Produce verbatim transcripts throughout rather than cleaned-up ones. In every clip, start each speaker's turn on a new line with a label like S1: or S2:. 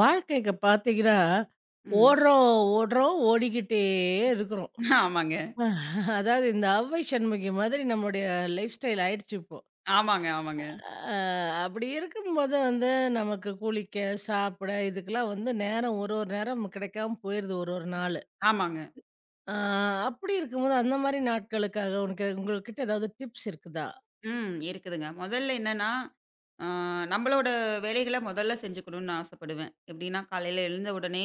S1: வாழ்க்கைக்கு பார்த்தீங்கன்னா,
S2: ம்.
S1: ஓடுறோம், ஓடுறோம், ஓடிக்கிட்டே இருக்கிறோம்.
S2: ஆமாங்க.
S1: அஹ் அதாவது இந்த அவ்வை சண்முகி மாதிரி நம்முடைய லைஃப் ஸ்டைல் ஆயிடுச்சு இப்போ.
S2: ஆமாங்க, ஆமாங்க,
S1: அ அப்படி இருக்கும்போது வந்து நமக்கு குளிக்க, சாப்பிட இதுக்கெல்லாம் வந்து நேரம் ஒரு ஒரு நேரம் கிடைக்காம போயிருது ஒரு ஒரு நாளு.
S2: ஆமாங்க.
S1: அ அப்படி இருக்கும்போது அந்த மாரி நாட்களுக்காக உனக்கு உங்ககிட்ட ஏதாவது டிப்ஸ் இருக்குதா?
S2: ம். இருக்குதுங்க. முதல்ல என்னன்னா, அ நம்மளோட வேலைகள முதல்ல செஞ்சுக்கணும்னு நான் ஆசைப்படுவேன். எப்படின்னா, காலையில எழுந்த உடனே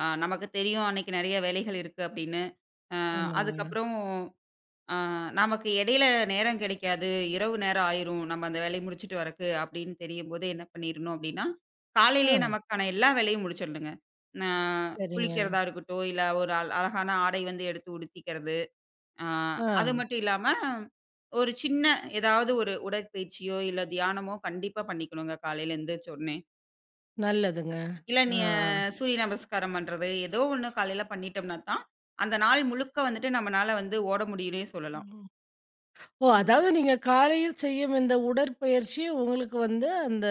S2: அ நமக்கு தெரியும் அன்னைக்கு நிறைய வேலைகள் இருக்கு அப்படின்னு. அ
S1: ஆமாங்க.
S2: அதுக்கப்புறம் அ நமக்கு இடையில நேரம் கிடைக்காது. இரவு நேரம் ஆயிரும். நம்ம அந்த வேலைய முடிச்சுட்டு வரக்கு அப்படின்னு தெரியும்போது என்ன பண்ணிரணும் அப்படின்னா,
S1: ஆ
S2: காலையிலேயே நமக்கான எல்லா வேலையும் முடிச்சிடணுங்க. ந
S1: சரிங்க.
S2: குளிக்கிறதா இருக்கட்டும், இல்ல ஒரு அழ அழகான ஆடை வந்து எடுத்து உடுத்திக்கிறதா. ஆ
S1: ஆ
S2: அது மட்டும் இல்லாம, ஒரு சின்ன ஏதாவது ஒரு உடற்பயிற்சியோ, இல்ல தியானமோ கண்டிப்பா பண்ணிக்கணுங்க காலையில எந்திரிச்ச உடனே.
S1: நல்லதுங்க.
S2: இல்ல
S1: ஆ,
S2: நீ அஹ், சூரிய நமஸ்காரம் பண்றது, ஏதோ ஒண்ணு காலையில பண்ணிட்டோம்னா தான், அந்த நாள் முழுக்க வந்துட்டு நம்மனால வந்து ஓட முடியும்னே சொல்லலாம்.
S1: ஆ. ஓ!
S2: ம்.
S1: அதாவது நீங்க காலையில் செய்யும் இந்த உடற்பயிற்சி உங்களுக்கு வந்து அந்த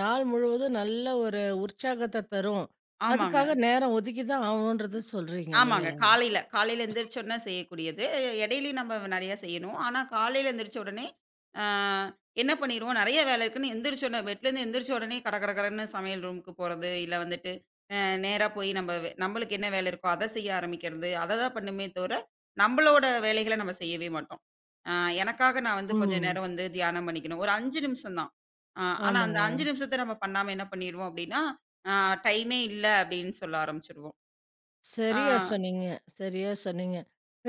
S1: நாள் முழுவதும் நல்ல ஒரு உற்சாகத்த தரும்.
S2: ஆமாங்க.
S1: அதுக்காக நேரம் ஒதுக்கி தான் ஆகணுன்றத சொல்றீங்க
S2: ஆமாங்க.
S1: இல்லைங்களா?
S2: காலையில காலையில எந்திரிச்ச உடனே செய்யக்கூடியது. இடையிலயும் நம்ம நெறைய செய்யணும். ஆனா காலையில எந்திரிச்ச உடனே, ஆ என்ன பண்ணிருவோம், நெறைய வேலை இருக்குன்னு எந்திரிச்ச உடனே பெட்லேருந்து எந்திரிச்ச உடனே கட கட கடன்னு சமையல் ரூமுக்கு போறது, இல்ல வந்துட்டு அ நேரா போய் நம்ம வே நம்மளுக்கு என்ன வேலை இருக்கோ அத செய்ய ஆரம்பிக்கிறது. அத தான் பண்ணுமே தவிர, நம்மளோட வேலைகள நம்ம செய்யவே மாட்டோம். ஆ எனக்காக நான் வந்து கொஞ்ச
S1: ம்.
S2: நேரம் வந்து தியானம் பண்ணிக்கணும். ஒரு ஐந்து நிமிஷம் தான். ஆ ஆனா அந்த
S1: ஆமாங்க.
S2: ஐந்து நிமிஷத்த நம்ம பண்ணாம என்ன பண்ணிருவோம் அப்டின்னா, ஆ டைமே இல்ல அப்டின்னு சொல்ல ஆரம்பிச்சுருவோம். ஆ.
S1: சரியா சொன்னீங்க, சரியா சொன்னீங்க.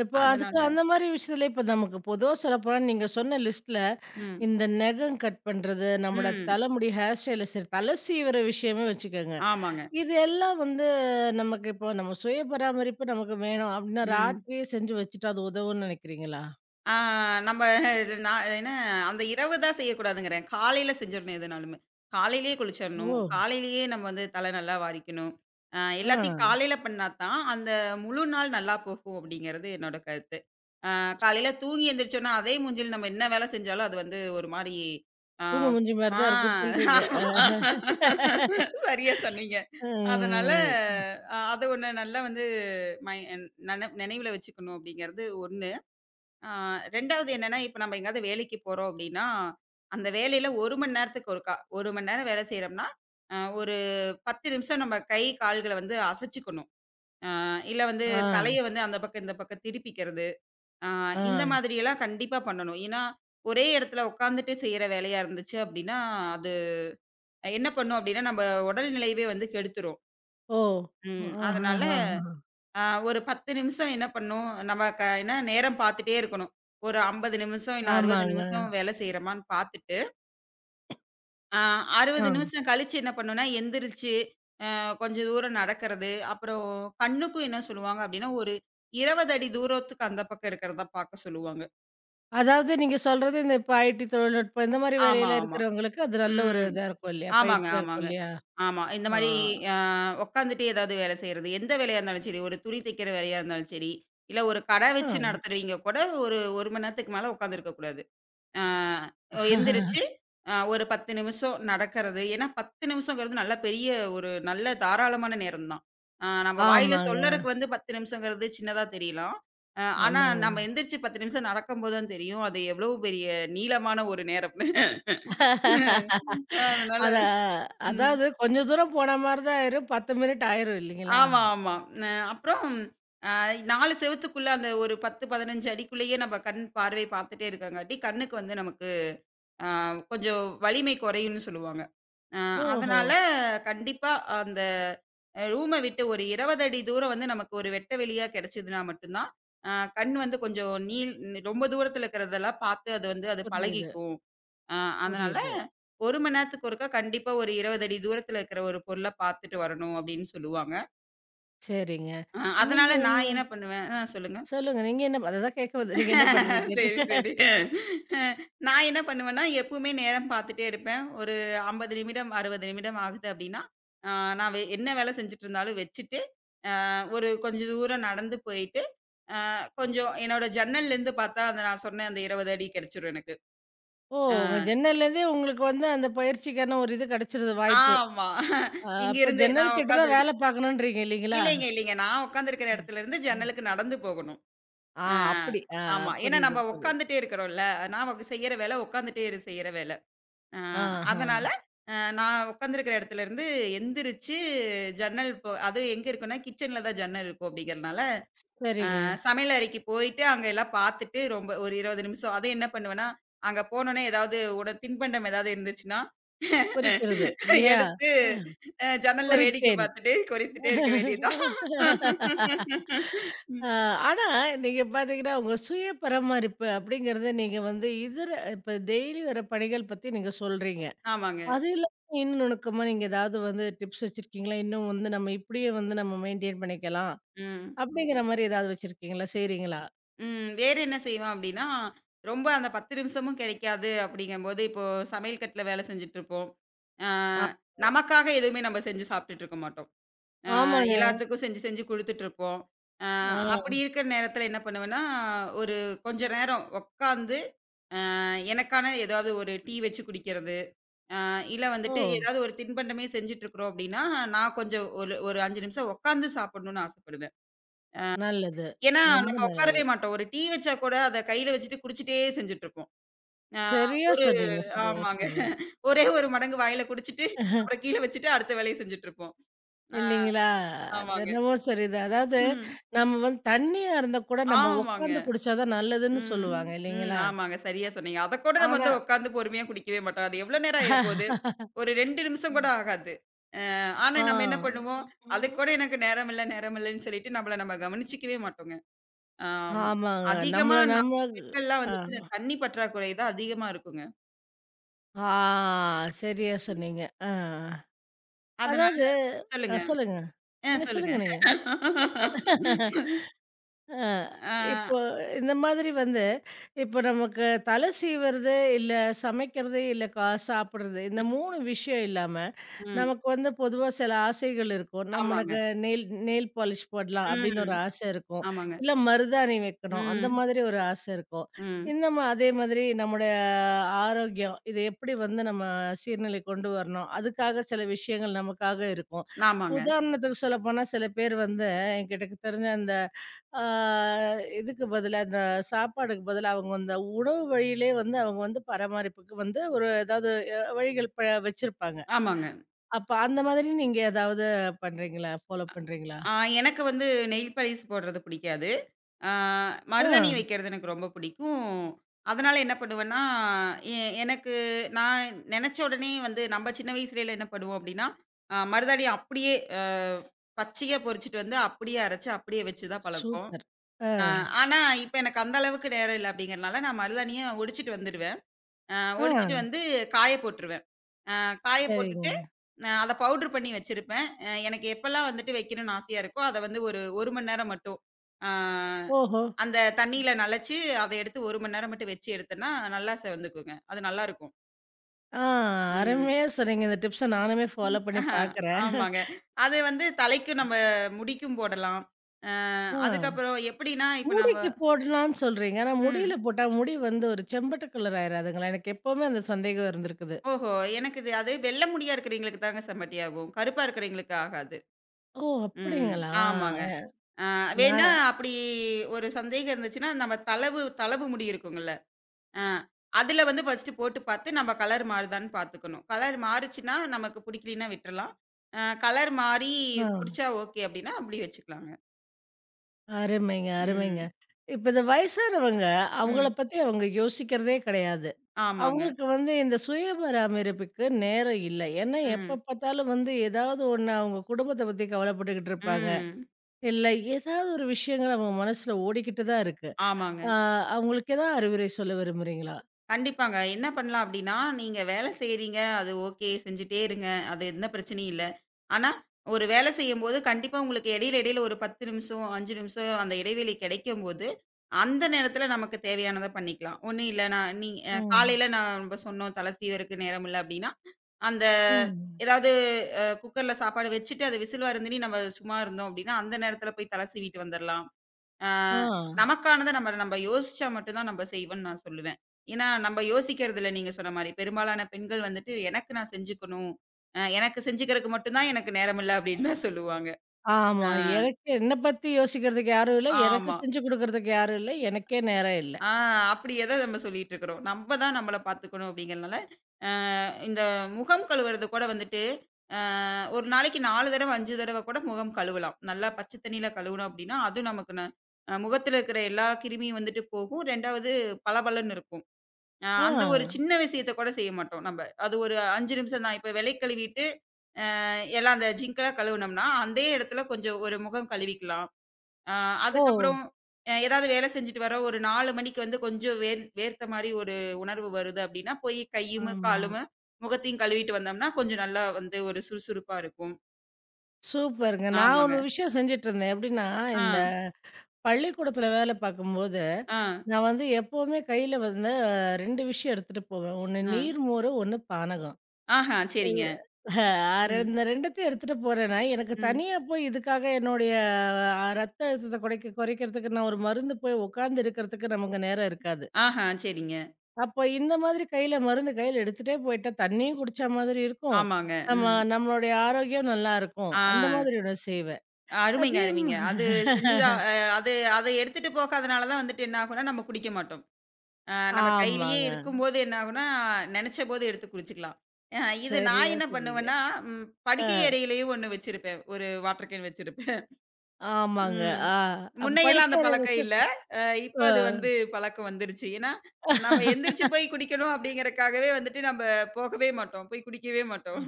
S1: இப்போ அதுக்கு
S2: அதனால
S1: அந்த மாரி விஷயத்துல இப்ப நமக்கு பொதுவா சொல்லப்போனா நீங்க சொன்ன லிஸ்ட்ல
S2: ம்,
S1: இந்த நகம் கட் பண்றது, நம்மோட
S2: ம்.
S1: தலைமுடி ஹேர் ஸ்டைல சரி தலை சீவுற விஷயமே வச்சுக்கங்க.
S2: ஆமாங்க.
S1: இது எல்லாம் வந்து நமக்கு இப்போ நம்ம சுய பராமரிப்பு நமக்கு வேணும் அப்படின்னா,
S2: ம்.
S1: ராத்திரியே செஞ்சு வச்சுட்டா அது உதவும்னு நினைக்கிறீங்களா?
S2: ஆ நம்ம இது நான் என்ன அந்த இரவு தான் செய்யக்கூடாதுங்கிறேன். காலையில செஞ்சிரணும் எதுனாலுமே. காலையிலேயே
S1: ஓ!
S2: குளிச்சிரணும். காலையிலேயே நம்ம வந்து தலை நல்லா வாரிக்கணும். அ
S1: ஆ.
S2: எல்லாத்தையும் காலையில பண்ணா தான், அந்த முழு நாள் நல்லா போகும் அப்படிங்கிறது என்னோட கருத்து. ஆ காலையில தூங்கி எந்திரிச்சோம்னா, அதே மூஞ்சில நம்ம என்ன வேலை செஞ்சாலும் அது வந்து ஒரு மாரி. ஆ
S1: தூங்க மூஞ்சி மாரி
S2: ஆ
S1: தான் இருக்கும்ன்னு சொல்றீங்க.
S2: ஆமா. சரியா சொன்னீங்க.
S1: ஆஹ.
S2: அதனால
S1: ம்.
S2: அ அது ஒண்ணு நல்லா வந்து மை நென நினைவுல வச்சுக்கணும் அப்படிங்கிறது ஒன்று. ஆ 2வது என்னன்னா, இப்ப நம்ம எங்கேயாவது வேலைக்கு போறோம் அப்படின்னா, அந்த வேலையில ஒரு மணி நேரத்துக்கு ஒருக்கா ஒரு மணி நேரம் வேலை செய்றோம்னா, அ ஒரு பத்து நிமிஷம் நம்ம கை, கால்கள வந்து அசைச்சுக்கணும். ஆ இல்ல வந்து
S1: ஆ,
S2: தலைய வந்து அந்த பக்கம், இந்த பக்கம் திருப்பிக்கிறது. ஆ,
S1: ஆ.
S2: இந்த மாதிரியெல்லாம் கண்டிப்பா பண்ணணும். ஏன்னா, ஒரே இடத்துல உட்காந்துட்டு செய்ற வேலையா இருந்துச்சு அப்படின்னா, அது என்ன பண்ணும் அப்படின்னா, நம்ம உடல்நிலையவே வந்து கெடுத்துரும்.
S1: ஓ!
S2: ம். அதனால
S1: ஆஹஹஹ.
S2: அ ஒரு பத்து நிமிஷம் என்ன பண்ணும், நம்ம க என்ன நேரம் பார்த்துட்டே இருக்கணும். ஒரு ஐம்பது நிமிஷம், இல்ல அறுபது
S1: ஆமாங்க.
S2: நிமிஷம் வேலை செய்றோமான்னு பார்த்துட்டு, அ
S1: ஆ.
S2: அறுபது நிமிஷம் கழிச்சு என்ன பண்ணும்னா, எந்திரிச்சு அ கொஞ்சம் தூரம் நடக்கிறது. அப்புறம் கண்ணுக்கும் என்ன சொல்லுவாங்க அப்படின்னா, ஒரு இருபது அடி தூரத்துக்கு அந்த பக்கம் இருக்கிறத பார்க்க சொல்லுவாங்க.
S1: அதாவது நீங்க சொல்றது இந்த இப்ப ஐடி தொழில்நுட்பம் இந்த மாரி
S2: ஆமா,
S1: வேலையில
S2: ஆமா.
S1: இருக்கிறவங்களுக்கு அது நல்ல ஒரு
S2: ம்.
S1: இதா இருக்கும் இல்லையா?
S2: ஆமாங்க,
S1: பயிற்சியா இருக்கும்
S2: ஆமாங்க.
S1: இல்லையா?
S2: ஆமா. இந்த
S1: ஆ.
S2: மாரி அ உட்காந்துட்டு ஏதாவது வேலை செய்றது. எந்த வேலையா இருந்தாலும் சரி, ஒரு துணி தைக்கிற வேலையா இருந்தாலும் சரி, இல்ல ஒரு கடை வச்சு
S1: ஆ.
S2: நடத்துறவீங்க கூட ஒரு 1 மணி நேரத்துக்கு மேல உட்காந்துருக்க கூடாது. அ எந்திரிச்சு அ ஒரு பத்து நிமிஷம் நடக்கிறது. ஏன்னா பத்து நிமிஷங்கிறது நல்ல பெரிய ஒரு நல்ல தாராளமான நேரம் தான். அ நம்ம வாயில
S1: ஆமாங்க,
S2: சொல்லறக்கு வந்து பத்து நிமிஷங்கிறது சின்னதா தெரியலாம். அ ஆனா
S1: ஆமாங்க.
S2: நம்ம எந்திரிச்சு பத்து நிமிஷம் நடக்கும்போது தான் தெரியும். அது எவ்வளவு பெரிய நீளமான ஒரு நேரம்னு. அதனால
S1: அத
S2: ம்.
S1: அதாவது கொஞ்சம் தூரம் போன மாரி தான் ஆயிரும். பத்து மினிட் ஆயிரும் இல்லைங்களா?
S2: ஆமா, ஆமா. அ அப்புறம் அ நான்கு செவுத்துக்குள்ள அந்த ஒரு பத்து, பதினைந்து அடிக்குள்ளேயே நம்ம கண் பார்வை பார்த்துட்டே இருக்கங்காட்டி, கண்ணுக்கு வந்து நமக்கு அ கொஞ்சம் வலிமை குறையும்னு சொல்லுவாங்க. அ
S1: ஓஹோ!
S2: அதனால கண்டிப்பா அந்த அ ரூம விட்டு ஒரு இருபது அடி தூரம் வந்து நமக்கு ஒரு வெட்ட வெளியா கிடைச்சதுன்னா மட்டும் தான், அ கண் வந்து கொஞ்சம் நீள் ரொம்ப தூரத்துல இருக்கிறதெல்லாம் பார்த்து அது வந்து அது
S1: புரியுது,
S2: பழகிக்கும். அ அதனால
S1: புரியுது.
S2: ஒரு மணி நேரத்துக்கு ஒருக்கா கண்டிப்பா ஒரு இருபது அடி தூரத்துல இருக்கிற ஒரு பொருள பார்த்துட்டு வரணும் அப்படின்னு சொல்லுவாங்க.
S1: சரிங்க.
S2: அ
S1: நீங்க
S2: அதனால
S1: என்ன
S2: நான் என்ன பண்ணுவேன் ஆ சொல்லுங்க.
S1: சொல்லுங்க. நீங்க என்ன அததான் கேட்க வந்தேன். நீங்க என்ன பண்ணுவீங்கன்னு?
S2: சரி, சரி. அஹ், நான் என்ன பண்ணுவேன்னா, எப்பவுமே நேரம் பார்த்துட்டே இருப்பேன். ஒரு ஐம்பது நிமிடம், அறுபது நிமிடம் ஆகுது அப்டின்னா, அ நான் வே என்ன வேலை செஞ்சுட்டு இருந்தாலும் வச்சுட்டு, அ ஒரு கொஞ்சம் தூரம் நடந்து போயிட்டு, அ கொஞ்சம் என்னோட ஜன்னல்லேருந்து பார்த்தா அந்த நான் சொன்ன அந்த இருபது அடி கிடைச்சிரும் எனக்கு.
S1: ஓ!
S2: அ
S1: உங்க ஜன்னல்லேருந்தே உங்களுக்கு வந்து அந்த பயிற்சிக்கான ஒரு இது கிடைச்சிருது வாய்ப்பு.
S2: ஆமா.
S1: அ அப்ப
S2: இங்கேருந்து
S1: ஜன்னல்
S2: நான்
S1: கிட்ட தான்
S2: உட்காந்துருக்கேன்.
S1: வேலை பார்க்கணுன்றீங்க இல்லைங்களா?
S2: இல்லைங்க, இல்லைங்க. நான் உட்காந்துருக்கிற
S1: ம்,
S2: இடத்துலருந்து
S1: ம்.
S2: ஜன்னலுக்கு நடந்து போகணும்.
S1: ஆ
S2: ஆ,
S1: அப்படி. ஆ
S2: ஆமா. ஏன்னா
S1: புரியுது,
S2: நம்ம
S1: புரியுது.
S2: உட்காந்துட்டே இருக்கிறோம்ல. நாம செய்யற வேலை உட்காந்துட்டே இரு செய்யற வேலை. ஆ
S1: ஆஹ.
S2: அதனால அ நான் உட்காந்துருக்கிற இடத்துல இருந்து எந்திரிச்சு ஜன்னல் போ அது எங்க இருக்குன்னா, கிச்சன்ல தான் ஜன்னல் இருக்கும் அப்படிங்கிறதுனால,
S1: சரிங்க.
S2: சமையல் அறைக்கு போயிட்டு அங்க எல்லாம் பார்த்துட்டு ரொம்ப ஒரு இருபது நிமிஷம் அது என்ன பண்ணுவேன்னா, அங்க போனோனே ஏதாவது உட தின்பண்டம் ஏதாவது இருந்துச்சுன்னா,
S1: குறிக்கிறது இல்லையா?
S2: எடுத்து
S1: அ
S2: அ ஜன்னல்ல வேடிக்கை
S1: குறிப்பேன்.
S2: பார்த்துட்டு கொறித்துட்டே இருக்க வேண்டியதுதான். ம்.
S1: ஆ, ஆனா, நீங்க பாத்தீங்கன்னா, உங்க சுய பராமரிப்பு அப்படிங்கிறத நீங்க வந்து இதர இப்ப டெய்லி வர பணிகள் பத்தி நீங்க சொல்றீங்க.
S2: ஆமாங்க.
S1: அது இல்லாம இன்னும் நுணுக்கமா நீங்க ஏதாவது வந்து டிப்ஸ் வச்சிருக்கீங்களா? இன்னும் வந்து நம்ம இப்படியே வந்து நம்ம மெயின்டெயின் பண்ணிக்கலாம்.
S2: ம்.
S1: அப்படிங்கிற மாரி ஏதாவது வச்சிருக்கீங்களா? செய்றீங்களா?
S2: ம். வேறு என்ன செய்வான் அப்டின்னா, ரொம்ப அந்த பத்து நிமிஷமும் கிடைக்காது அப்படிங்கும்போது, இப்போ சமையல் கட்டுல வேலை செஞ்சுட்டுருப்போம். ஆ
S1: ஆ,
S2: நமக்காக எதுவுமே நம்ம செஞ்சு சாப்பிட்டுட்டுருக்க மாட்டோம். அ
S1: ஆமாங்க.
S2: எல்லாத்துக்கும் செஞ்சு செஞ்சு குடுத்துட்டுருப்போம். அ
S1: ஆ,
S2: அப்படி இருக்கிற நேரத்துல என்ன பண்ணுவேன்னா, ஒரு கொஞ்ச நேரம் உட்காந்து, அ எனக்கான ஏதாவது ஒரு டீ வச்சு குடிக்கிறது, அ இல்ல
S1: ஓ!
S2: வந்துட்டு ஏதாவது ஒரு தின்பண்டமே செஞ்சுட்டுருக்குறோம் அப்படின்னா, நான் கொஞ்சம் ஒரு ஒரு ஐந்து நிமிஷம் உட்காந்து சாப்பிடணும்னு ஆசைப்படுவேன்.
S1: நல்லது.
S2: ஏன்னா, ம்.
S1: ரொம்ப
S2: நம்ம உட்காரவே
S1: நல்லது.
S2: மாட்டோம். ஒரு டீ வச்சா கூட அத கையில வச்சுட்டு குடிச்சிட்டே செஞ்சுட்டுருப்போம். ஆ
S1: சரியா
S2: ஒரு
S1: சொன்னீங்க, சரியா
S2: ஆமாங்க.
S1: சொன்னீங்க.
S2: ஒரே ஒரு மடங்கு வாயில குடிச்சிட்டு, அப்புறம் கீழ வச்சுட்டு அடுத்த வேலைய செஞ்சுட்டுருப்போம். ஆ
S1: இல்லீங்களா? அது
S2: ஆமாங்க.
S1: என்னவோ சரிதான். அதாவது
S2: ம்.
S1: நம்ம வந்து தண்ணியா இருந்தா கூட நம்ம
S2: ஆமாங்க.
S1: உட்காந்து குடிச்சா தான் நல்லதுன்னு
S2: ம்.
S1: சொல்லுவாங்க
S2: ம்.
S1: இல்லீங்களா?
S2: ஆமாங்க. சரியா சொன்னீங்க. அதக்கூட நம்ம
S1: ஆனா
S2: வந்து உட்காந்து பொறுமையா குடிக்கவே மாட்டோம். அது எவ்வளோ நேரம் ஆயிறப்போது? ஒரு இரண்டு நிமிஷம் கூட ஆகாது. அ ஆனா நம்ம என்ன
S1: ஆ.
S2: பண்ணுவோம்? அதுக்கூட எனக்கு நேரம் இல்ல, நேரம் இல்லன்னு சொல்லிட்டு நம்மள நம்ம கவனிச்சுக்கவே மாட்டோங்க. ஆம்.
S1: ஆமாங்க.
S2: அதிகமா
S1: நம்மள
S2: நம்ம
S1: நம்ம
S2: பெண்கள்லாம்
S1: ஆ.
S2: வந்துட்டு இந்த தண்ணி பற்றாக்குறை தான் அதிகமா இருக்குங்க.
S1: ஆ சரியா சொன்னீங்க. ஆ.
S2: அதனால
S1: அதாவது அ
S2: சொல்லுங்க.
S1: சொல்லுங்க.
S2: ஆ
S1: நீ
S2: சொல்லுங்க.
S1: சொல்லுங்க நீங்க. அ
S2: ஆ,
S1: இப்போ இந்த மாதிரி வந்து, இப்போ நமக்கு தலை சீவுறது, இல்ல சமைக்கிறது, இல்ல கா சாப்பிடுறது. இந்த மூணு விஷயம் இல்லாம,
S2: ம்.
S1: நமக்கு வந்து பொதுவா சில ஆசைகள் இருக்கும்.
S2: ஆமாங்க.
S1: நம்மளுக்கு நெயில் நெயில் பாலிஷ் போடலாம் அப்படின்னு
S2: ம்.
S1: ஒரு ஆசை இருக்கும்.
S2: ஆமாங்க.
S1: இல்ல மருதாணி வைக்கணும், அந்த
S2: ம்.
S1: மாதிரி ஒரு ஆசை இருக்கும்.
S2: ம்.
S1: இந்த மா அதே மாதிரி நம்முடைய ஆரோக்கியம், இதை எப்படி வந்து நம்ம சீர்நிலை கொண்டு வரணும், அதுக்காக சில விஷயங்கள் நமக்காக இருக்கும்.
S2: ஆமாங்க,
S1: உதாரணத்துக்கு சொல்லப்போனா, சில பேர் வந்து என்கிட்ட தெரிஞ்ச அந்த ஆ இதுக்கு பதிலா இந்த சாப்பாடுக்கு பதிலா அவங்க அந்த உணவு வழியிலே வந்து அவங்க வந்து பராமரிப்புக்கு வந்து ஒரு ஏதாவது அ வழிகள் ப வச்சிருப்பாங்க.
S2: ஆமாங்க.
S1: அப்ப அந்த மாதிரி நீங்க ஏதாவது பண்றீங்களா? ஃபாலோ பண்றீங்களா?
S2: ஆ எனக்கு வந்து நெயில் பாலிஷ் போடுறது பிடிக்காது. ஆ
S1: ஆ.
S2: மருதாணி வைக்கிறது எனக்கு ரொம்ப பிடிக்கும். அதனால என்ன பண்ணுவேன்னா, எ எனக்கு நான் நெனச்ச உடனே வந்து நம்ம சின்ன வயசுலலாம் என்ன பண்ணுவோம் அப்டின்னா, அ மருதாணிய அப்படியே அ பச்சையா பொறிச்சுட்டு வந்து அப்படியே அரைச்சு, அப்படியே வச்சு தான் பழக்கம்.
S1: சூப்பர். ஆ.
S2: ஆ ஆனா இப்ப எனக்கு அந்த அளவுக்கு நேரம் இல்ல அப்படிங்கிறனால நான் மருதாணிய ஒடிச்சுட்டு வந்துருவேன். அ
S1: ஆ.
S2: ஒடிச்சுட்டு வந்து காய போட்டுருவேன். அ காய
S1: சரிங்க.
S2: போட்டுட்டு, நான் அத பவுடர் பண்ணி வச்சிருப்பேன். அ எனக்கு எப்பலாம் வந்துட்டு வைக்கணும்னு ஆசையா இருக்கோ, அத வந்து ஒரு 1 மணி நேரம் மட்டும், ஆ
S1: ஓஹோ!
S2: அந்த தண்ணீல நலச்சு, அத எடுத்து ஒரு மணி நேரம் மட்டும் வச்சு எடுத்தேன்னா, நல்லா செவந்துக்குங்க. அது நல்லாருக்கும்.
S1: ஆ
S2: ம்.
S1: அருமையா சொன்னீங்க. இந்த டிப்ஸ நானுமே ஃபாலோ பண்ணி
S2: ஆஹா,
S1: பார்க்குறேன்.
S2: ஆமாங்க. அது வந்து தலைக்கு நம்ம முடிக்கும் போடலாம். அ
S1: ஆ.
S2: அதுக்கப்புறம் எப்படின்னா, இப்ப நம்ம
S1: முடிக்கு போடலான்னு சொல்றீங்க. ஆனா
S2: ம்.
S1: முடியில போட்டா முடி வந்து ஒரு செம்பட்ட கலர் ஆயிராதுங்களா? எனக்கு எப்பவுமே அந்த சந்தேகம் இருந்திருக்குது.
S2: ஓஹோ! எனக்கு இது அது வெள்ள முடியா இருக்கிறவங்களுக்கு தாங்க செம்மட்டியாகும். கருப்பா இருக்கிறவங்களுக்கு ஆகாது.
S1: ஓ!
S2: ம்.
S1: அப்படிங்களா?
S2: ஆமாங்க.
S1: அ
S2: ஆ வேணா
S1: நான்
S2: அப்படி ஒரு சந்தேகம் இருந்துச்சுன்னா, நம்ம தளவு தளவு முடி இருக்குங்கல்ல, ஆ அதில வந்து ஃபர்ஸ்ட்டு போட்டு பார்த்து நம்ம கலர் மாறுதான்னு பார்த்துக்கணும். கலர் மாறுச்சுன்னா நமக்கு பிடிக்கலைன்னா விட்டுறலாம். அ கலர் மாறி
S1: ஆ.
S2: புடிச்சா ஓகே அப்படின்னா, அப்படி வச்சுக்கலாங்க.
S1: அருமைங்க, அருமைங்க.
S2: ம்,
S1: இப்ப இந்த வயசானவங்க, அவங்கள
S2: ம்.
S1: பத்தி அவங்க யோசிக்கிறதே கிடையாது.
S2: ஆமாங்க.
S1: அவங்களுக்கு வந்து இந்த சுய பராமரிப்புக்கு நேரம் இல்ல. ஏன்னா எப்ப
S2: ம்,
S1: பார்த்தாலும் வந்து ஏதாவது ஒண்ணு அவங்க குடும்பத்த பத்தி கவலைப்பட்டுக்கிட்டு இருப்பாங்க.
S2: ம்.
S1: இல்ல ஏதாவது ஒரு விஷயங்கள் அவங்க மனசுல ஓடிக்கிட்டு தான் இருக்கு.
S2: ஆமாங்க.
S1: ஆ அவங்களுக்கு ஏதாவது அறிவுரை சொல்ல விரும்புறீங்களா?
S2: கண்டிப்பாங்க. என்ன பண்ணலாம் அப்டின்னா, நீங்க வேலை செய்றீங்க, அது ஓகே செஞ்சுட்டே இருங்க. அது எந்த பிரச்சனையும் இல்ல. ஆனா, ஒரு வேலை செய்யும்போது கண்டிப்பா உங்களுக்கு இடையில இடையில ஒரு பத்து நிமிஷம், ஐந்து நிமிஷம் அந்த இடைவெளி கிடைக்கும்போது, அந்த நேரத்தில நமக்கு தேவையானத பண்ணிக்கலாம். ஒண்ணும் இல்ல நான் நீ அ
S1: ம்.
S2: காலையில நான் நம்ப சொன்னோம் தலை சீவறக்கு நேரம் இல்ல அப்டின்னா, அந்த
S1: ம்.
S2: ஏதாவது அ குக்கர்ல சாப்பாடு வச்சுட்டு, அது விசில் வருந்துனி நம்ம சும்மா இருந்தோம் அப்டின்னா, அந்த நேரத்தில போய் தலை சீவிட்டு வந்துரலாம். ஆ
S1: ஆ.
S2: நமக்கானத நம்ம நம்ம யோசிச்சா மட்டும் தான் நம்ம செய்வோம்ன்னு நான் சொல்லுவேன். ஏன்னா, நம்ம யோசிக்கிறது இல்ல நீங்க சொன்ன மாரி. பெரும்பாலான பெண்கள் வந்துட்டு, "எனக்கு நான் செஞ்சுக்கணும். அ எனக்கு செஞ்சுக்கிறதுக்கு மட்டும் தான் எனக்கு நேரம் இல்ல" அப்படின்னு தான் சொல்லுவாங்க.
S1: ஆமா.
S2: ஆ
S1: எனக்கு என்ன பத்தி யோசிக்கிறதுக்கு யாரும் இல்ல. எனக்கு
S2: ஆமா.
S1: செஞ்சு குடுக்கறதுக்கு யாரும் இல்ல. எனக்கே நேரம் இல்ல.
S2: ஆ அப்படியே தான் நம்ம சொல்லிட்டு இருக்கிறோம். நம்ம தான் நம்மள பார்த்துக்கணும் அப்படிங்கிறனால, அ இந்த முகம் கழுவுறது கூட வந்துட்டு, அ ஒரு நாளைக்கு நான்கு தடவ, ஐந்து தடவ கூட முகம் கழுவலாம். நல்லா பச்சை தண்ணீல கழுவுனோம் அப்படின்னா, அதுவும் நமக்கு ந அ முகத்தில இருக்கிற எல்லா கிருமியும் வந்துட்டு போகும். 2வது பளபளன்னு இருக்கும். அ
S1: ஆ.
S2: அந்த ஒரு சின்ன விஷயத்த கூட செய்ய மாட்டோம் நம்ப. அது ஒரு ஐந்து நிமிஷம் தான். இப்ப விலை கழுவிட்டு, அ எல்லாம் அந்த ஜிங்க்லாம் கழுவுனோம்னா, அதே இடத்துல கொஞ்சம் ஒரு முகம் கழுவிக்கலாம். அ
S1: ஓ!
S2: அதுக்கப்புறம் அ ஏதாவது வேலை செஞ்சுட்டு வரோம். ஒரு நான்கு மணிக்கு வந்து கொஞ்சம் வேர் வேர்த்த மாரி ஒரு உணர்வு வருது அப்படின்னா, போய் கையும்,
S1: ஆமா.
S2: காலும், முகத்தையும் கழுவிட்டு வந்தோம்னா, கொஞ்சம் நல்லா வந்து ஒரு சுறுசுறுப்பா இருக்கும்.
S1: சூப்பருங்க. நான்
S2: ஆமாங்க.
S1: ஒரு விஷயம் செஞ்சுட்டுருந்தேன். எப்படின்னா,
S2: ஆ,
S1: இந்த பள்ளிக்கூடத்தில வேலை பார்க்கும்போது,
S2: ஆ,
S1: நான் வந்து எப்பவுமே கையில வந்து ரெண்டு விஷயம் எடுத்துட்டு போவேன். ஒண்ணு
S2: ஆ.
S1: நீர்மோரு, ஒண்ணு பானகம்.
S2: ஆஹா, சரிங்க.
S1: இது அ
S2: ம்,
S1: இந்த 2த்தையும் எடுத்துட்டு போறேன்னா, எனக்கு
S2: ம்.
S1: தனியா போய் இதுக்காக என்னுடைய அ ரத்த அழுத்தத்த குறைக்க குறைக்கிறதுக்கு நான் ஒரு மருந்து போய் உட்கார்ந்து இருக்கிறதுக்கு நமக்கு நேரம் இருக்காது.
S2: ஆஹா, சரிங்க.
S1: அப்போ இந்த மாதிரி கையில மருந்து கையில எடுத்துட்டே போயிட்டா, தண்ணியும் குடிச்ச மாதிரி இருக்கும்.
S2: ஆமாங்க.
S1: நம்ம
S2: ம்.
S1: நம்மளுடைய ஆரோக்கியம் நல்லாருக்கும்.
S2: ஆ.
S1: அந்த மாதிரி ஒண்ணு செய்வேன்.
S2: அருமைங்க,
S1: அதே
S2: அருமைங்க. அது செஞ்சுதான் அ அது அத எடுத்துட்டு போகாதனால தான் வந்துட்டு என்ன ஆகும்னா, நம்ம குடிக்க மாட்டோம். அ நம்ம கையிலேயே
S1: ஆமாங்க.
S2: இருக்கும்போது என்ன ஆகும்னா, நெனச்சபோது எடுத்து குடிச்சுக்கலாம். அ இது நான்
S1: சரியா
S2: என்ன
S1: சொன்னீங்க.
S2: பண்ணுவேன்னா, ம் படுக்கை
S1: அ
S2: அறையிலேயும் ஒண்ணு வச்சிருப்பேன். ஒரு வாட்டர் கேன் வச்சிருப்பேன்.
S1: ஆமாங்க.
S2: ம்.
S1: ஆ அப்ப
S2: முன்னையெல்லாம் அந்த
S1: படிக்க
S2: பழக்கம்
S1: ஆரம்பிச்சு
S2: இல்ல. அ இப்போ
S1: அ
S2: அது வந்து பழக்கம் வந்துருச்சு. ஏன்னா, நம்ம எந்திரிச்சு போய் குடிக்கணும் அப்படிங்கிறக்காகவே வந்துட்டு நம்ம போகவே மாட்டோம். போய் குடிக்கவே மாட்டோம்.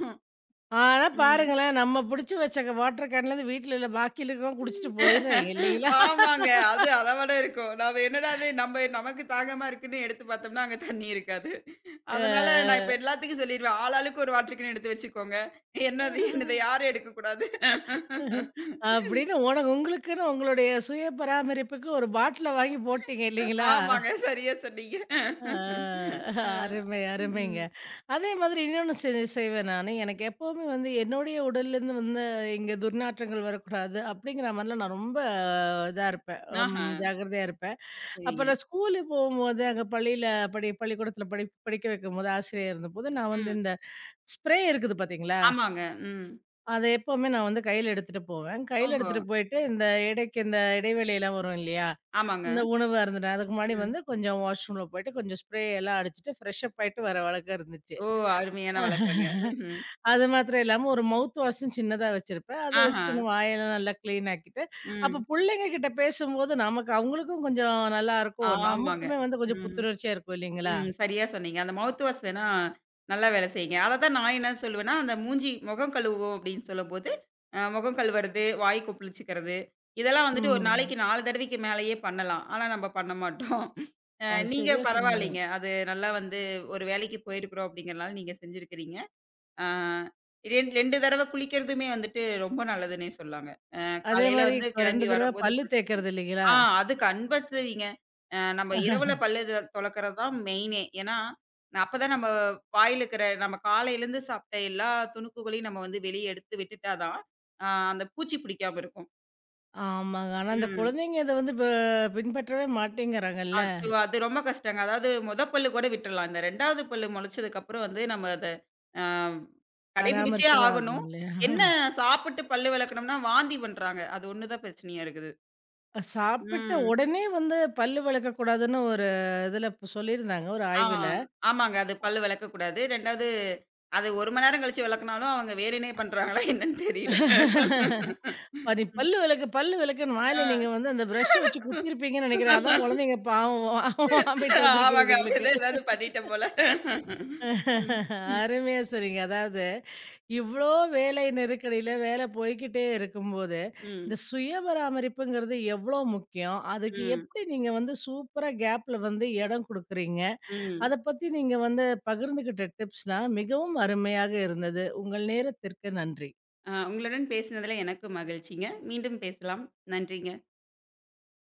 S1: ஆனா
S2: ம்.
S1: பாருங்களேன், நம்ம புடிச்சு வச்ச வாட்டர் கேன்லேருந்து வீட்ல இல்ல பாக்கியில இருக்கிறவங்க குடிச்சிட்டு போயிடுறாங்க இல்லைங்களா?
S2: ஆமாங்க. அது அத விட இருக்கும். நம்ம என்னடா இது நம்ம நமக்கு தாகமா இருக்குன்னு எடுத்து பார்த்தோம்னா, அங்க தண்ணி இருக்காது. அதனால நான்
S1: அ
S2: இப்ப எல்லாத்துக்கும் சொல்லிருவேன். ஆளாளுக்கு ஒரு வாட்டர் கேன் எடுத்து வச்சுக்கோங்க. என்னது என்னது யாரும் எடுக்கக்கூடாது.
S1: அ அப்படின்னு உனக்கு உங்களுக்குன்னு உங்களுடைய சுய பராமரிப்புக்கு ஒரு பாட்டில வாங்கி போட்டீங்க இல்லைங்களா?
S2: ஆமாங்க. சரியா சொன்னீங்க.
S1: அ
S2: அ.
S1: அருமை, அருமைங்க.
S2: ம்.
S1: அதே மாதிரி இன்னொன்னு செ செய்வேன் நானு. எனக்கு எப்பவுமே வந்து என்னுடைய உடல்லேருந்து வந்து இங்க துர்நாற்றங்கள் வரக்கூடாது, அப்படிங்கிற மாரிலாம் நான் ரொம்ப இதா இருப்பேன்.
S2: ஆஹா.
S1: ம் ஜாக்கிரதையா இருப்பேன்.
S2: சரிங்க.
S1: அப்ப நான் ஸ்கூலு போகும்போது, அங்க பள்ளியில படி பள்ளிக்கூடத்தில படி படிக்க வைக்கும்போது, ஆசிரியர் இருந்தபோது, நான் வந்து
S2: ம்.
S1: இந்த ஸ்ப்ரே இருக்குது பார்த்தீங்களா?
S2: ஆமாங்க. ம்.
S1: அத எப்பவுமே நான் வந்து கையில எடுத்துட்டு போவேன். கையில
S2: ஓஹோ!
S1: எடுத்துட்டு போயிட்டு, இந்த இடைக்கு இந்த இடைவேளைலாம் வரும் இல்லையா?
S2: ஆமாங்க.
S1: இந்த உணவா இருந்துட்டேன். அதுக்கு முன்னாடி
S2: ம்.
S1: வந்து கொஞ்சம் வாஷ்ரூம்ல போயிட்டு, கொஞ்சம் ஸ்ப்ரே எல்லாம் அடிச்சுட்டு, ஃப்ரெஷ் அப் ஆயிட்டு வர வழக்கம் இருந்துச்சு.
S2: ஓ! அருமையான வழக்கங்க. ம்ஹ்ம்.
S1: அது மாத்திரம் இல்லாம ஒரு மவுத் வாஷ்ன்னு சின்னதா வச்சிருப்பேன். அத
S2: ஆஹா.
S1: வச்சுட்டு நம்ம வாயெல்லாம் நல்லா கிளீன் ஆக்கிட்டு, அப்ப
S2: ம்.
S1: புள்ளைங்க கிட்ட பேசும்போது நமக்கு அவங்களுக்கும் கொஞ்சம் நல்லாருக்கும்.
S2: ஆமாங்க.
S1: நமக்குமே வந்து கொஞ்சம்
S2: ம்.
S1: புத்துணர்ச்சியா இருக்கும் இல்லைங்களா?
S2: ம். சரியா சொன்னீங்க. அந்த மவுத் வாஷ் வேணா நல்லா வேலை செய்யுங்க. அதத்தான் நான் என்ன சொல்லுவேன்னா, அந்த மூஞ்சி முகம் கழுவுவோம் அப்படின்னு சொல்லும்போது, அ முகம் கழுவுறது, வாய் கொப்பளிச்சுக்கிறது, இதெல்லாம் வந்துட்டு ஒரு
S1: ம்.
S2: நாளைக்கு நான்கு தடவைக்கு மேலேயே பண்ணலாம். ஆனா நம்ம பண்ண மாட்டோம். அ
S1: அது
S2: நீங்க
S1: சரியா சொன்னீங்க.
S2: பரவாயில்லைங்க. அது நல்லா வந்து ஒரு வேலைக்கு போயிருக்கிறோம் அப்படிங்கிறனால நீங்க செஞ்சிருக்கிறீங்க. ஆ 2 2 தடவ குளிக்கிறதுமே வந்துட்டு ரொம்ப நல்லதுன்னே சொல்லாங்க.
S1: அதே
S2: காலையில
S1: மாரி
S2: வந்து
S1: இப்ப ரெண்டு
S2: கிளம்பி
S1: தடவ
S2: வரும்போது
S1: பல்லு
S2: குளிச்
S1: தேய்க்கிறது இல்லைங்களா?
S2: ஆ அது கம்பல்சரிங்க. அ நம்ம இரவுல பல்லு த துலக்கறது தான் மெயினே. ஏன்னா, அப்பதான் நம்ம வாயில இருக்கிற நம்ம காலையிலேருந்து சாப்பிட்ட எல்லா துணுக்குகளையும் நம்ம வந்து வெளிய எடுத்து விட்டுட்டா தான், அ அந்த பூச்சி பிடிக்காம இருக்கும்.
S1: ஆமாங்க. ஆனா அந்த
S2: ம்.
S1: குழந்தைங்க இத வந்து ப பின்பற்றவே மாட்டேங்கிறாங்கல்ல.
S2: அச்சோ! அது ரொம்ப கஷ்டங்க. அதாவது மொத பல்லு கூட விட்டுறலாம். இந்த 2வது பல்லு முளைச்சதுக்கப்புறம் வந்து நம்ம அத அ கடைபிடிச்சே
S1: பராமரிச்சு தான்
S2: ஆகணும்.
S1: ஆகணும் இல்லையா?
S2: என்ன சாப்பிட்டு பல்லு விளக்கணும்னா வாந்தி பண்றாங்க. அது ஒண்ணு தான் பிரச்சனையா இருக்குது.
S1: அஹ் சாப்பிட்ட
S2: ம்.
S1: உடனே வந்து பல்லு விளக்கக்கூடாதுன்னு ஒரு இதுல இப்ப சொல்லியிருந்தாங்க ஒரு
S2: ஆ,
S1: ஆய்வுல.
S2: ஆமாங்க. அது பல்லு விளக்கக்கூடாது. 2வது அது ஒரு மணி நேரம் கழிச்சு விளக்குனாலும், அவங்க வேணுன்னே பண்றாங்களா என்னன்னு தெரியல.
S1: பாதி பல்லு விளக்கு, பல்லு விளக்குன்னு
S2: ஆ.
S1: வாயில நீங்க வந்து அந்த பிரஷ்ஷ வச்சு குத்திருப்பீங்கன்னு நெனைக்கிறேன். அதான் குழந்தைங்க பாவம் வாமிட் வந்திருக்குது
S2: ஆமாங்க.
S1: இதுங்களுக்கு.
S2: அப்படிதான் ஏதாவது பண்ணிட்டேன் போல. ம். ம்.
S1: அருமையா சொன்னீங்க. அதாவது இவ்ளோ வேலை நெருக்கடியில வேலை போய்க்கிட்டே இருக்கும்போது,
S2: ம்.
S1: இந்த சுய பராமரிப்புங்கிறது எவ்ளோ முக்கியம்? அதுக்கு
S2: ம்.
S1: எப்படி நீங்க வந்து சூப்பரா கேப்ல வந்து இடம் குடுக்குறீங்க?
S2: ம்.
S1: அத பத்தி நீங்க வந்து பகிர்ந்துகிட்ட டிப்ஸ்லாம் மிகவும் அருமையாக இருந்தது. உங்கள் நேரத்திற்கு நன்றி.
S2: ஆ உங்களுடன் பேசினதுல எனக்கு மகிழ்ச்சிங்க. மீண்டும் பேசலாம். நன்றிங்க.